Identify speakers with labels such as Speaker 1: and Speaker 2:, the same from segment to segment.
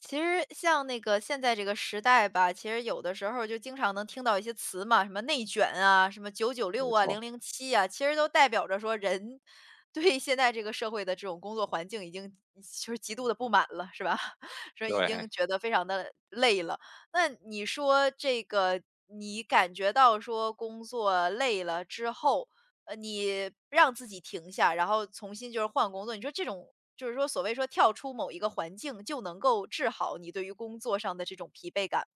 Speaker 1: 其实像那个现在这个时代吧，其实有的时候就经常能听到一些词嘛，什么内卷啊，什么九九
Speaker 2: 没
Speaker 1: 六啊、
Speaker 2: 错，
Speaker 1: 零零七啊，其实都代表着说人对现在这个社会的这种工作环境已经就是极度的不满了，是吧？说已经
Speaker 2: 对，
Speaker 1: 觉得非常的累了。那你说这个你感觉到说工作累了之后，你让自己停下，然后重新就是换工作，你说这种就是说所谓说跳出某一个环境就能够治好你对于工作上的这种疲惫感。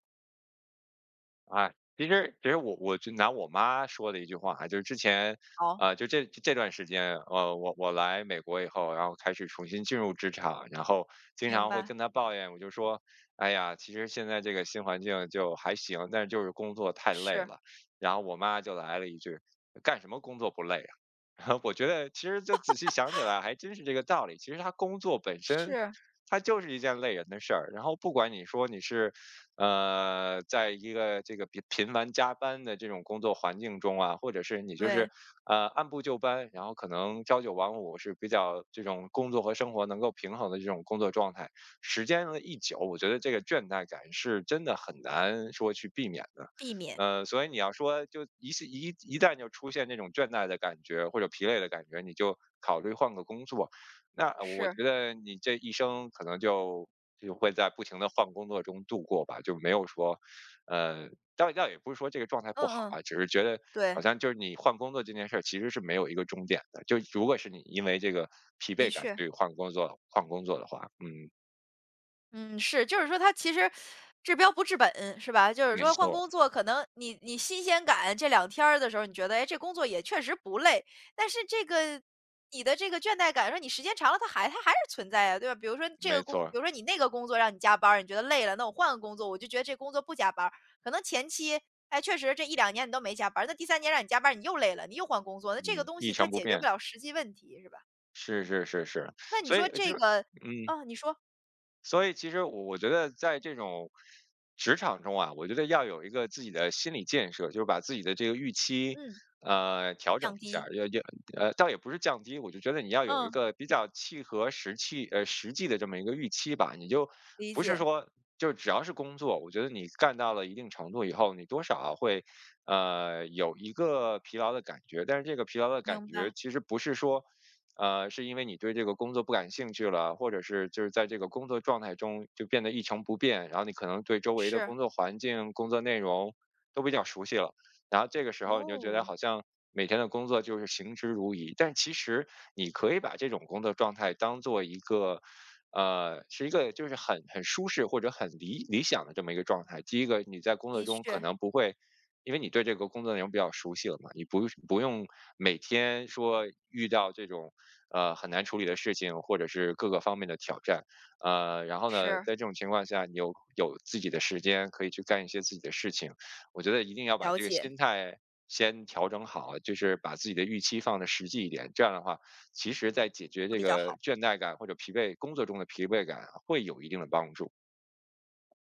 Speaker 2: 啊，其实我就拿我妈说的一句话啊，就是之前，
Speaker 1: 好，
Speaker 2: 就这段时间，我来美国以后，然后开始重新进入职场，然后经
Speaker 1: 明
Speaker 2: 常会
Speaker 1: 白，
Speaker 2: 跟她抱怨，我就说，哎呀，其实现在这个新环境就还行，但是就是工作太累
Speaker 1: 是
Speaker 2: 了。然后我妈就来了一句，干什么工作不累啊？然后我觉得其实就仔细想起来，还真是这个道理。其实他工作本身，
Speaker 1: 是，
Speaker 2: 它就是一件累人的事儿。然后不管你说你是在一个这个频繁加班的这种工作环境中啊，或者是你就是
Speaker 1: 对，
Speaker 2: 按部就班，然后可能朝九晚五是比较这种工作和生活能够平衡的这种工作状态，时间一久，我觉得这个倦怠感是真的很难说去避免的。
Speaker 1: 避免，
Speaker 2: 所以你要说就一是一一旦就出现这种倦怠的感觉或者疲累的感觉，你就考虑换个工作。那我
Speaker 1: 是，
Speaker 2: 觉得你这一生可能就会在不停的换工作中度过吧，就没有说，呃，倒也不是说这个状态不
Speaker 1: 嗯
Speaker 2: 好
Speaker 1: 嗯，
Speaker 2: 啊，只是觉得好
Speaker 1: 对，
Speaker 2: 像就是你换工作这件事儿其实是没有一个终点的，就如果是你因为这个疲
Speaker 1: 的
Speaker 2: 惫感
Speaker 1: 确。
Speaker 2: 去换工作换工作的话，嗯，
Speaker 1: 嗯，是，就是说它其实治标不治本，是吧？就是
Speaker 2: 没
Speaker 1: 说换
Speaker 2: 错
Speaker 1: 工作，可能你新鲜感这两天儿的时候，你觉得，哎，这工作也确实不累，但是这个你的这个倦怠感，说你时间长了，它还是存在呀，对吧？比如说这
Speaker 2: 没
Speaker 1: 个工，比
Speaker 2: 错，
Speaker 1: 如说你那个工作让你加班儿你觉得累了，那我换个工作，我就觉得这工作不加班儿可能前期。哎，确实，这一两年你都没加班儿，那第三年让你加班儿，你又累了，你又换工作，那这个
Speaker 2: 嗯，
Speaker 1: 东
Speaker 2: 一
Speaker 1: 西它
Speaker 2: 成不
Speaker 1: 解决
Speaker 2: 变，
Speaker 1: 不了实际问题，是吧？
Speaker 2: 是
Speaker 1: 嗯，
Speaker 2: 是是是，
Speaker 1: 那你
Speaker 2: 所以
Speaker 1: 说
Speaker 2: 就
Speaker 1: 这个，
Speaker 2: 嗯。
Speaker 1: 啊，你说，
Speaker 2: 所以其实我觉得在这种职场中啊，我觉得要有一个自己的心理建设，就是把自己的这个预期，
Speaker 1: 嗯，
Speaker 2: 调整
Speaker 1: 降
Speaker 2: 一下
Speaker 1: 低
Speaker 2: 儿，要要呃，倒也不是降低，我就觉得你要有一
Speaker 1: 嗯，
Speaker 2: 个比较契合实际的这么一个预期吧，你就
Speaker 1: 理
Speaker 2: 不是
Speaker 1: 解，
Speaker 2: 说就只要是工作，我觉得你干到了一定程度以后，你多少会有一个疲劳的感觉，但是这个疲劳的感
Speaker 1: 明
Speaker 2: 觉
Speaker 1: 白，
Speaker 2: 其实不是说。是因为你对这个工作不感兴趣了，或者是就是在这个工作状态中就变得一成不变，然后你可能对周围的
Speaker 1: 是。
Speaker 2: 工作环境、工作内容都比较熟悉了，然后这个时候你就觉得
Speaker 1: 哦。
Speaker 2: 好像每天的工作就是行之如仪，但其实你可以把这种工作状态当做一个。是一个就是很舒适或者很理想的这么一个状态。第一个，你在工作
Speaker 1: 的
Speaker 2: 中可
Speaker 1: 确，
Speaker 2: 能不会，因为你对这个工作内容比较熟悉了嘛，你不用每天说遇到这种很难处理的事情，或者是各个方面的挑战。然后呢，
Speaker 1: 是，
Speaker 2: 在这种情况下，你有自己的时间可以去干一些自己的事情。我觉得一定要把
Speaker 1: 了
Speaker 2: 这个
Speaker 1: 解，
Speaker 2: 心态先调整好，就是把自己的预期放的实际一点。这样的话，其实在解决
Speaker 1: 会
Speaker 2: 这
Speaker 1: 比较
Speaker 2: 个
Speaker 1: 好。
Speaker 2: 倦怠感或者疲惫工作中的疲惫感会有一定的帮助。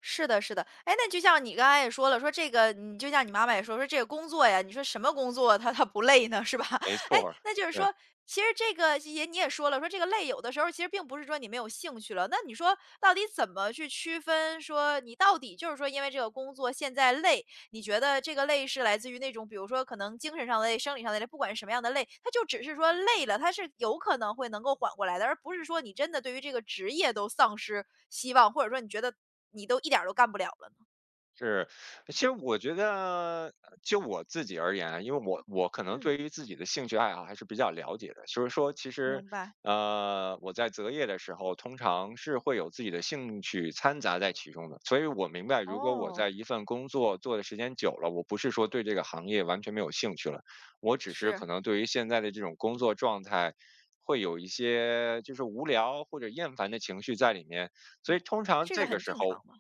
Speaker 1: 是的，是的。哎，那就像你刚才也说了，说这个你就像你妈妈也说，说这个工作呀，你说什么工作它不累呢，是吧？
Speaker 2: 没
Speaker 1: 哎，
Speaker 2: 错儿，
Speaker 1: 那就是
Speaker 2: 对。
Speaker 1: 说，其实这个也你也说了，说这个累有的时候其实并不是说你没有兴趣了，那你说到底怎么去区分说你到底就是说因为这个工作现在累，你觉得这个累是来自于那种，比如说可能精神上的累、生理上的累，不管是什么样的累，它就只是说累了，它是有可能会能够缓过来的，而不是说你真的对于这个职业都丧失希望，或者说你觉得你都一点儿都干不了了呢？
Speaker 2: 是，其实我觉得，就我自己而言啊，因为我可能
Speaker 1: 嗯，
Speaker 2: 对于自己的兴趣爱好还是比较了解的，就是说，其实，
Speaker 1: 明白。
Speaker 2: 我在择业的时候，通常是会有自己的兴趣掺杂在其中的，所以我明白，如果我
Speaker 1: 哦，
Speaker 2: 在一份工作做的时间久了，我不是说对这个行业完全没有兴趣了，我只是
Speaker 1: 是，
Speaker 2: 可能对于现在的这种工作状态。会有一些就是无聊或者厌烦的情绪在里面，所以通
Speaker 1: 那
Speaker 2: 常
Speaker 1: 这个
Speaker 2: 这个
Speaker 1: 很
Speaker 2: 时
Speaker 1: 正常
Speaker 2: 候
Speaker 1: 嘛。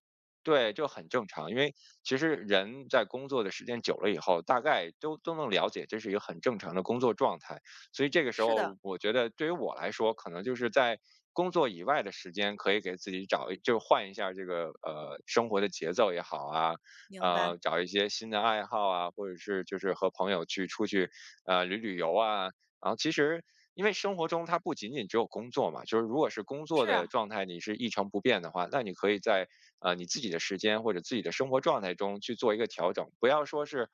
Speaker 2: 对，就很正常，因为其实人在工作的时间久了以后，大概都能了解这是一个很正常的工作状态。所以这个时
Speaker 1: 是的，
Speaker 2: 候，我觉得对于我来说，可能就是在工作以外的时间，可以给自己就换一下这个生活的节奏也好啊，
Speaker 1: 明白。
Speaker 2: 找一些新的爱好啊，或者是就是和朋友去出去旅游啊，然后其实因为生活中它不仅仅只有工作嘛，就是如果是工作
Speaker 1: 是
Speaker 2: 的
Speaker 1: 啊，
Speaker 2: 状态你是一成不变的话，那你可以在你自己的时间或者自己的生活状态中去做一个调整，不要说是。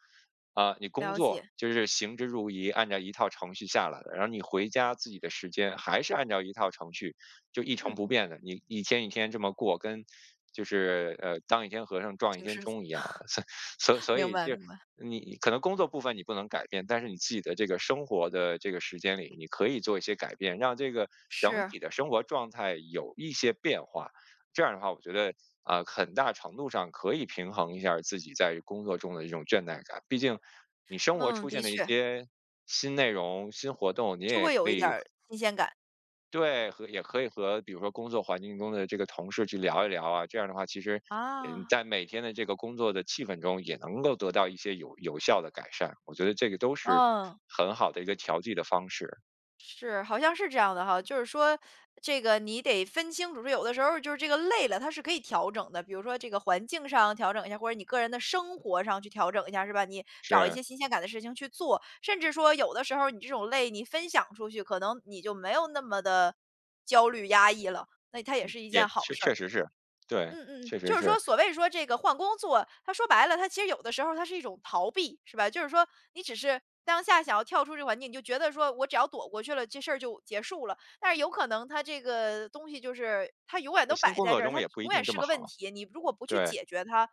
Speaker 2: 你工
Speaker 1: 了
Speaker 2: 作
Speaker 1: 解。
Speaker 2: 就是行之如仪，按照一套程序下来的，然后你回家自己的时间还是按照一套程序，就一成
Speaker 1: 嗯，
Speaker 2: 不
Speaker 1: 嗯，
Speaker 2: 变的，你一天一天这么过，跟就是当一天和尚撞一
Speaker 1: 挺
Speaker 2: 天
Speaker 1: 是，
Speaker 2: 钟一样。所 所
Speaker 1: 明
Speaker 2: 以
Speaker 1: 白
Speaker 2: 就
Speaker 1: 明白。
Speaker 2: 你可能工作部分你不能改变，但是你自己的这个生活的这个时间里，你可以做一些改变，让这个整
Speaker 1: 是，
Speaker 2: 体的生活状态有一些变化。这样的话，我觉得很大程度上可以平衡一下儿自己在工作中的这种倦怠感。毕竟，你生活
Speaker 1: 嗯，
Speaker 2: 出
Speaker 1: 的
Speaker 2: 现的一
Speaker 1: 确
Speaker 2: 些新内容、新活动，你
Speaker 1: 就
Speaker 2: 也
Speaker 1: 会
Speaker 2: 可
Speaker 1: 有一点
Speaker 2: 以
Speaker 1: 儿新鲜感。
Speaker 2: 对，和也可以和比如说工作环境中的这个同事去聊一聊啊，这样的话，其实，
Speaker 1: 啊，
Speaker 2: 在每天的这个工作的气氛中，也能够得到一些有效的改善。我觉得这个都是
Speaker 1: 嗯。
Speaker 2: 很好的一个调剂的方式，
Speaker 1: 是，好像是这样的哈，就是说这个你得分清楚，说有的时候就是这个累了，它是可以调整的，比如说这个环境上调整一下，或者你个人的生活上去调整一下，是吧？你找一
Speaker 2: 是，
Speaker 1: 些新鲜感的事情去做，甚至说有的时候你这种累，你分享出去，可能你就没有那么的焦虑压抑了，那它也是一
Speaker 2: 也
Speaker 1: 件好
Speaker 2: 确
Speaker 1: 事
Speaker 2: 确
Speaker 1: 儿。
Speaker 2: 实是，对，
Speaker 1: 嗯嗯，
Speaker 2: 确实
Speaker 1: 就是
Speaker 2: 是，
Speaker 1: 说所谓说这个换工作，他说白了，他其实有的时候它是一种逃避，是吧？就是说你只是当下想要跳出这个环境，你就觉得说我只要躲过去了，这事儿就结束了。但是有可能他这个东西就是它永远都
Speaker 2: 新
Speaker 1: 摆
Speaker 2: 工
Speaker 1: 在
Speaker 2: 作
Speaker 1: 这儿，
Speaker 2: 中
Speaker 1: 它
Speaker 2: 也不一
Speaker 1: 永
Speaker 2: 定
Speaker 1: 远
Speaker 2: 这
Speaker 1: 是
Speaker 2: 么
Speaker 1: 个问
Speaker 2: 好，
Speaker 1: 题。你如果不去
Speaker 2: 对。
Speaker 1: 解决它，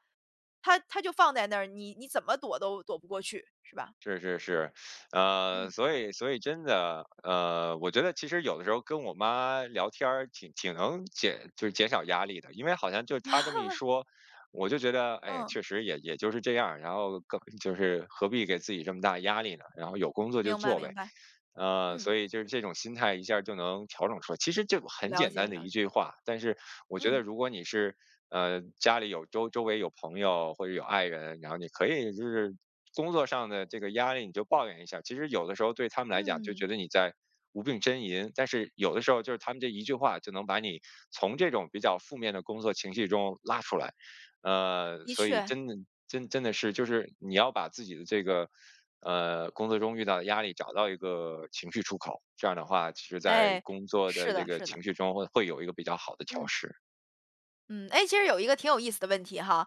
Speaker 1: 它就放在那儿，你怎么躲都躲不过去，是吧？
Speaker 2: 是是是，
Speaker 1: 嗯
Speaker 2: 所以真的，我觉得其实有的时候跟我妈聊天儿挺能减，就是减少压力的，因为好像就她这么一说，我就觉得，哎，
Speaker 1: 嗯，
Speaker 2: 确实也就是这样儿，然后更就是何必给自己这么大压力呢？然后有工作就
Speaker 1: 明白
Speaker 2: 做
Speaker 1: 明
Speaker 2: 呗，
Speaker 1: 白，嗯，
Speaker 2: 所以就是这种心态一下儿就能调整出来。其实就很
Speaker 1: 了
Speaker 2: 简单
Speaker 1: 解
Speaker 2: 的
Speaker 1: 了
Speaker 2: 一
Speaker 1: 解，
Speaker 2: 句话，但是我觉得
Speaker 1: 嗯
Speaker 2: 如果你是家里有周围有朋友或者有爱人，然后你可以就是工作上的这个压力，你就抱怨一下。其实有的时候对他们来讲，就觉
Speaker 1: 嗯，
Speaker 2: 得你在无病呻吟，但是有的时候就是他们这一句话就能把你从这种比较负面的工作情绪中拉出来。
Speaker 1: 的
Speaker 2: 所以
Speaker 1: 确，
Speaker 2: 真的是就是你要把自己的这个工作中遇到的压力找到一个情绪出口，这样的话，其实在
Speaker 1: 哎，
Speaker 2: 工作的
Speaker 1: 是
Speaker 2: 这
Speaker 1: 的
Speaker 2: 个
Speaker 1: 是的，
Speaker 2: 情绪中会有一个比较好的调
Speaker 1: 嗯。
Speaker 2: 试。
Speaker 1: 嗯，哎，其实有一个挺有意思的问题哈，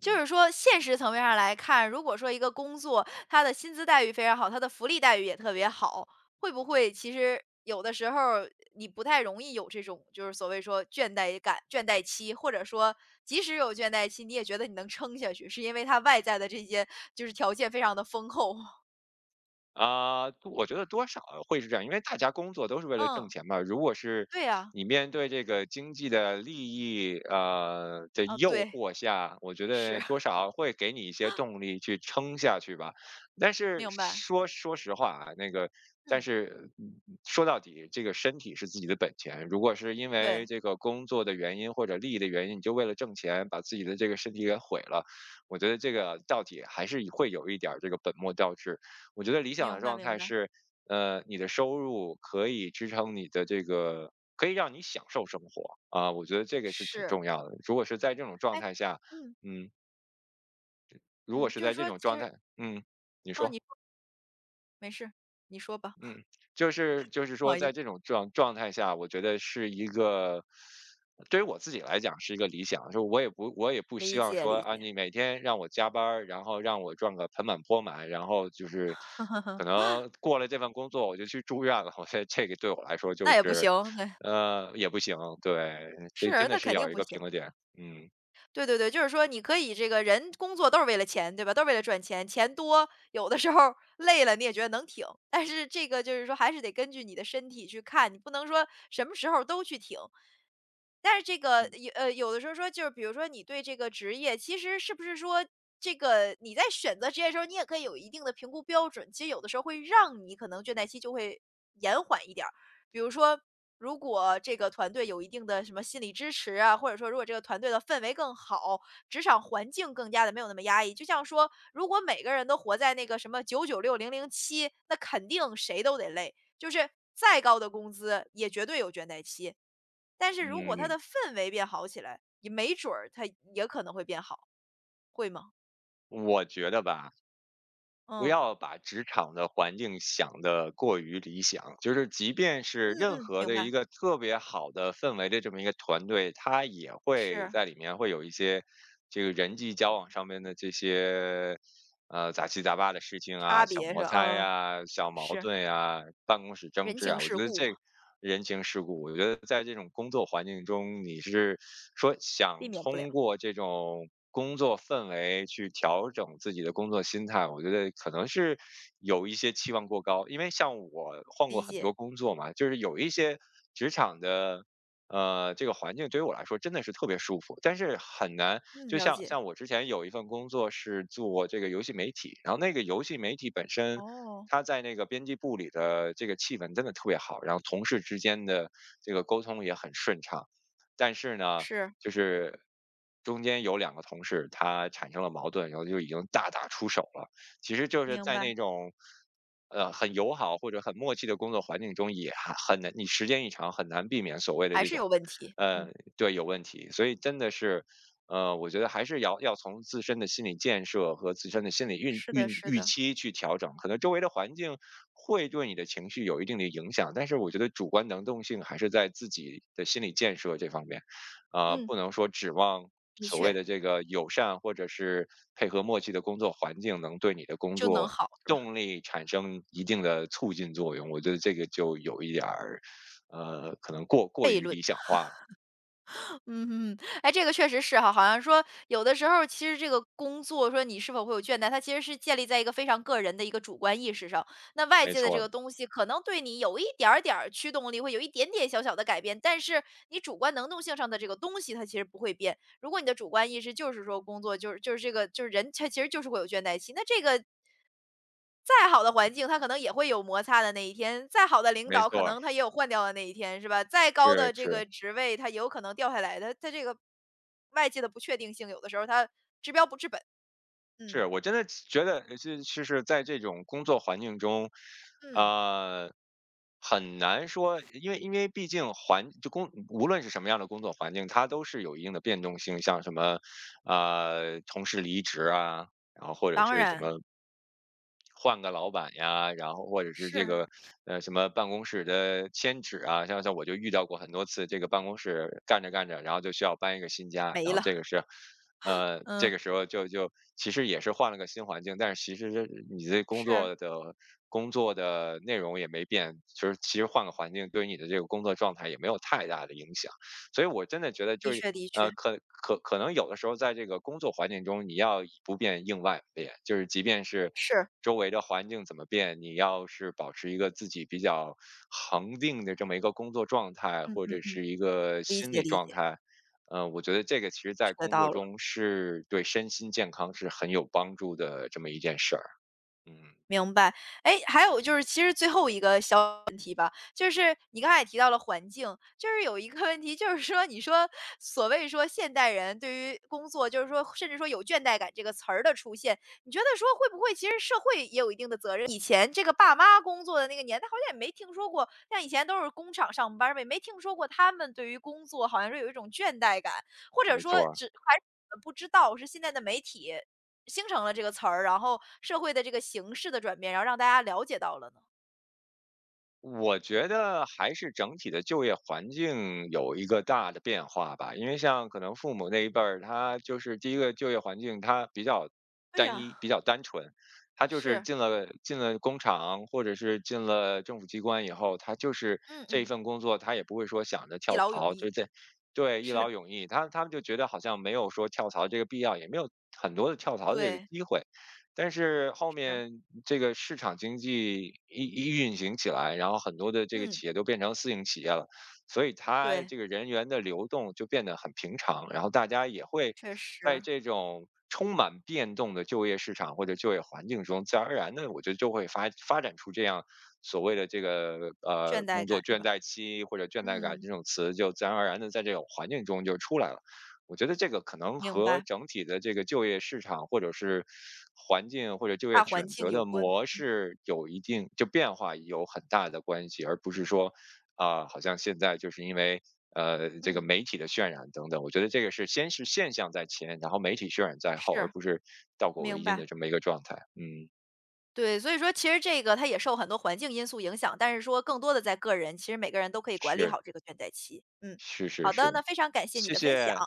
Speaker 1: 就
Speaker 2: 嗯
Speaker 1: 是说现实层面上来看，如果说一个工作，它的薪资待遇非常好，它的福利待遇也特别好，会不会其实有的时候儿你不太容易有这种就是所谓说倦怠感、倦怠期，或者说即使有倦怠期，你也觉得你能撑下去，是因为它外在的这些就是条件非常的丰厚。
Speaker 2: 啊，我觉得多少会是这样，因为大家工作都是为了挣
Speaker 1: 嗯，
Speaker 2: 钱嘛。如果是
Speaker 1: 对呀，
Speaker 2: 你面对这个经济的利益，的
Speaker 1: 啊，哦
Speaker 2: 诱
Speaker 1: 对，
Speaker 2: 惑下，我觉
Speaker 1: 是，
Speaker 2: 得多 少会给你一些动力去撑下去吧。但是
Speaker 1: 明白，
Speaker 2: 说说实话啊，那个，但
Speaker 1: 嗯，
Speaker 2: 是说到底，这个身体是自己的本钱。如果是因为
Speaker 1: 对，
Speaker 2: 这个工作的原因或者利益的原因，你就为了挣钱把自己的这个身体给毁了，我觉得这个到底还是会有一点儿这个本末倒置。我觉得理想的
Speaker 1: 明白
Speaker 2: 状
Speaker 1: 明
Speaker 2: 态
Speaker 1: 白，
Speaker 2: 是，你的收入可以支撑你的这个，可以让你享受生活啊，我觉得这个是挺
Speaker 1: 是，
Speaker 2: 重要的。如果是在这种状
Speaker 1: 哎，
Speaker 2: 态下，
Speaker 1: 嗯
Speaker 2: 嗯，如果
Speaker 1: 嗯，
Speaker 2: 是
Speaker 1: 就是
Speaker 2: 在这
Speaker 1: 说
Speaker 2: 种
Speaker 1: 其
Speaker 2: 状
Speaker 1: 实，
Speaker 2: 态，你
Speaker 1: 哦，
Speaker 2: 说。
Speaker 1: 你没事，你说吧，
Speaker 2: 嗯，就是就是
Speaker 1: 不
Speaker 2: 说，
Speaker 1: 好意
Speaker 2: 在
Speaker 1: 思。
Speaker 2: 这种状态下，我觉得是一个对于我自己来讲是一个理想，就我也不希
Speaker 1: 理
Speaker 2: 望
Speaker 1: 解
Speaker 2: 说
Speaker 1: 理
Speaker 2: 啊，
Speaker 1: 解，
Speaker 2: 你每天让我加班儿，然后让我赚个盆满钵满，然后就是可 能过了这份工作我就去住院了，我觉得这个对我来说就
Speaker 1: 那也不
Speaker 2: 是
Speaker 1: 行，对，
Speaker 2: 也不行，对，所以真
Speaker 1: 是，
Speaker 2: 的
Speaker 1: 那
Speaker 2: 是
Speaker 1: 肯
Speaker 2: 要
Speaker 1: 定
Speaker 2: 有一
Speaker 1: 不
Speaker 2: 个平
Speaker 1: 行。
Speaker 2: 衡点，嗯
Speaker 1: 对对对，就是说你可以这个人工作都是为了钱，对吧？都是为了赚钱，钱多，有的时候累了你也觉得能挺。但是这个就是说还是得根据你的身体去看，你不能说什么时候都去挺。但是这个有有的时候说就是比如说你对这个职业，其实是不是说这个你在选择职业的时候，你也可以有一定的评估标准，其实有的时候会让你可能倦怠期就会延缓一点儿。比如说，如果这个团队有一定的什么心理支持啊，或者说如果这个团队的氛围更好，职场环境更加的没有那么压抑。就像说，如果每个人都活在那个什么九九六零零七，那肯定谁都得累，就是再高的工资也绝对有倦怠期。但是如果他
Speaker 2: 嗯，
Speaker 1: 的氛围变好起来，也没准儿他也可能会变好，会吗？
Speaker 2: 我觉得吧。不
Speaker 1: 嗯，
Speaker 2: 要把职场的环境想得过于理想，就是即便是
Speaker 1: 嗯
Speaker 2: 任
Speaker 1: 嗯，
Speaker 2: 何
Speaker 1: 明
Speaker 2: 的一
Speaker 1: 白，
Speaker 2: 个特别好的氛围的这么一个团队，它也会
Speaker 1: 是，
Speaker 2: 在里面会有一些这个人际交往上面的这些杂七杂八的事情啊、
Speaker 1: 差
Speaker 2: 小
Speaker 1: 别是
Speaker 2: 摩
Speaker 1: 吧？
Speaker 2: 擦
Speaker 1: 嗯，
Speaker 2: 呀、小矛
Speaker 1: 是，
Speaker 2: 盾呀、办公室争
Speaker 1: 人
Speaker 2: 执
Speaker 1: 情
Speaker 2: 啊，我
Speaker 1: 世
Speaker 2: 觉得
Speaker 1: 故嘛，
Speaker 2: 这人情世故。我觉得在这种工作环境中，你是说
Speaker 1: 避
Speaker 2: 想
Speaker 1: 免不了，
Speaker 2: 通过这种工作氛围去调整自己的工作心态，我觉得可能是有一些期望过高。因为像我换过
Speaker 1: 理
Speaker 2: 很多
Speaker 1: 解，
Speaker 2: 工作嘛，就是有一些职场的这个环境对于我来说真的是特别舒服，但是很难。
Speaker 1: 嗯，
Speaker 2: 就
Speaker 1: 了
Speaker 2: 像
Speaker 1: 解。
Speaker 2: 像我之前有一份工作是做这个游戏媒体，然后那个游戏媒体本身，
Speaker 1: 哦，
Speaker 2: 它在那个编辑部里的这个气氛真的特别好，然后同事之间的这个沟通也很顺畅。但是呢，
Speaker 1: 是。
Speaker 2: 就是中间有两个同事他产生了矛盾，然后就已经大打出手了。其实就是
Speaker 1: 明
Speaker 2: 在那
Speaker 1: 白。
Speaker 2: 种，很友好或者很默契的工作环境中，也还很难，你时间一长很难避免所谓的
Speaker 1: 还
Speaker 2: 这
Speaker 1: 是
Speaker 2: 种，
Speaker 1: 有问题。
Speaker 2: 呃，
Speaker 1: 嗯。
Speaker 2: 对，有问题。所以真的是，我觉得还是要从自身的心理建设和自身的心理运
Speaker 1: 是的
Speaker 2: 运
Speaker 1: 是
Speaker 2: 预
Speaker 1: 的，
Speaker 2: 期去调整，可能周围的环境会对你的情绪有一定的影响，但是我觉得主观能动性还是在自己的心理建设这方面，啊、
Speaker 1: 嗯，
Speaker 2: 不能说指望
Speaker 1: 的
Speaker 2: 所谓
Speaker 1: 确。
Speaker 2: 的这个友善或者是配合默契的工作环境，能对你的工
Speaker 1: 就能
Speaker 2: 作
Speaker 1: 好是吧？
Speaker 2: 动力产生一定的促进作用。我觉得这个就有一点儿，可能过过
Speaker 1: 悖
Speaker 2: 于
Speaker 1: 论。
Speaker 2: 理想化了。
Speaker 1: 嗯，嗯，哎，这个确实是哈，好像说有的时候其实这个工作说你是否会有倦怠，它其实是建立在一个非常个人的一个主观意识上。那外
Speaker 2: 没
Speaker 1: 界的
Speaker 2: 错
Speaker 1: 这
Speaker 2: 儿，
Speaker 1: 个东西可能对你有一点儿点儿驱动力，会有一点点小小的改变，但是你主观能动性上的这个东西它其实不会变。如果你的主观意识就是说工作就是这个就是人他其实就是会有倦怠期，那这个再好的环境，它可能也会有摩擦的那一天；再好的领
Speaker 2: 没
Speaker 1: 导，可
Speaker 2: 错儿，
Speaker 1: 能他也有换掉的那一天，是吧？再高
Speaker 2: 是
Speaker 1: 的这
Speaker 2: 是。
Speaker 1: 个职位，它也有可能掉下来。的。它这个外界的不确定性，有的时候它治标不治本。
Speaker 2: 是，
Speaker 1: 嗯
Speaker 2: 我真的觉得就是在这种工作环境中，
Speaker 1: 嗯，
Speaker 2: 呃，很难说，因为因为毕竟环就工无论是什么样的工作环境，它都是有一定的变动性，像什么同事离职啊，然后或者
Speaker 1: 当
Speaker 2: 是什
Speaker 1: 然
Speaker 2: 么换个老板呀，然后或者是这个
Speaker 1: 是
Speaker 2: 什么办公室的迁址啊，像像我就遇到过很多次，这个办公室干着干着，然后就需要搬一个新家，然
Speaker 1: 没
Speaker 2: 后
Speaker 1: 了。
Speaker 2: 这个是。这
Speaker 1: 嗯，
Speaker 2: 个时候就其实也是换了个新环境，但是其实是你这工
Speaker 1: 是，
Speaker 2: 作的工作的内容也没变，就是其实换个环境对于你的这个工作状态也没有太大的影响，所以我真的觉得就
Speaker 1: 的
Speaker 2: 是
Speaker 1: 确的确，
Speaker 2: 可能有的时候在这个工作环境中，你要以不变应万变，就是即便是
Speaker 1: 是，
Speaker 2: 周围的环境怎么变，你要是保持一个自己比较恒定的这么一个工作状态，
Speaker 1: 嗯
Speaker 2: 或
Speaker 1: 嗯
Speaker 2: 者
Speaker 1: 嗯，
Speaker 2: 是一个
Speaker 1: 理
Speaker 2: 心
Speaker 1: 解
Speaker 2: 理
Speaker 1: 理
Speaker 2: 状
Speaker 1: 解，
Speaker 2: 态，我觉得这个其实在
Speaker 1: 学
Speaker 2: 工作
Speaker 1: 到了。
Speaker 2: 中是对身心健康是很有帮助的这么一件事儿。嗯，
Speaker 1: 明白，哎，还有就是其实最后一个小问题吧，就是你刚才也提到了环境，就是有一个问题，就是说你说所谓说现代人对于工作，就是说甚至说有倦怠感这个词儿的出现，你觉得说会不会其实社会也有一定的责任？以前这个爸妈工作的那个年代，好像也没听说过，像以前都是工厂上班儿呗，没听说过他们对于工作好像是有一种倦怠感，或者
Speaker 2: 没错
Speaker 1: 说
Speaker 2: 儿。
Speaker 1: 只还是我们不知道是现在的媒体形成了这个词儿，然后社会的这个形式的转变，然后让大家了解到了呢？
Speaker 2: 我觉得还是整体的就业环境有一个大的变化吧，因为像可能父母那一辈儿，他就是第一个就业环境，他比较
Speaker 1: 对
Speaker 2: 单
Speaker 1: 呀，
Speaker 2: 一，比较单纯，他就是
Speaker 1: 是。
Speaker 2: 进了工厂或者是进了政府机关以后，他就是
Speaker 1: 嗯
Speaker 2: 这一
Speaker 1: 嗯，
Speaker 2: 份工作，他也不会说想着
Speaker 1: 一
Speaker 2: 跳
Speaker 1: 劳永
Speaker 2: 槽，就
Speaker 1: 逸。
Speaker 2: 这对一劳
Speaker 1: 是。
Speaker 2: 永逸，他们就觉得好像没有说跳槽这个必要，也没有很多的跳槽的这个
Speaker 1: 对，
Speaker 2: 机会。但是后
Speaker 1: 是，
Speaker 2: 面这个市场经济一运行起来，然后很多的这个
Speaker 1: 嗯，
Speaker 2: 企业都变成私营企业了，所以它
Speaker 1: 对，
Speaker 2: 这个人员的流动就变得很平常，然后大家也会
Speaker 1: 确
Speaker 2: 在
Speaker 1: 实，
Speaker 2: 这种充满变动的就业市场或者就业环境中，自然而然的，我觉得就会发展出这样所谓的这个
Speaker 1: 倦怠
Speaker 2: 工作
Speaker 1: 感是
Speaker 2: 倦
Speaker 1: 吧？
Speaker 2: 怠期或者倦怠感这
Speaker 1: 嗯，
Speaker 2: 种词，就自然而然的在这种环境中就出来了。我觉得这个可能
Speaker 1: 明
Speaker 2: 和
Speaker 1: 白，
Speaker 2: 整体的这个就业市场或者是环境或者就业
Speaker 1: 大环
Speaker 2: 选
Speaker 1: 境
Speaker 2: 择
Speaker 1: 有
Speaker 2: 的
Speaker 1: 关。
Speaker 2: 模式有一定就变化有很大的关系，而不是说啊、好像现在就是因为这个
Speaker 1: 嗯，
Speaker 2: 媒体的渲染等等，我觉得这个是先是现象在前，然后媒体渲染在后，而
Speaker 1: 是，
Speaker 2: 不是倒果为
Speaker 1: 明
Speaker 2: 因
Speaker 1: 白。
Speaker 2: 的这么一个状态。嗯，
Speaker 1: 对，所以说其实这个它也受很多环境因素影响，但是说更多的在个人，其实每个人都可以管理
Speaker 2: 是
Speaker 1: 好这个倦怠期。嗯，
Speaker 2: 是是
Speaker 1: 好
Speaker 2: 是，
Speaker 1: 的，那非常感谢你
Speaker 2: 谢
Speaker 1: 的分享。
Speaker 2: 谢。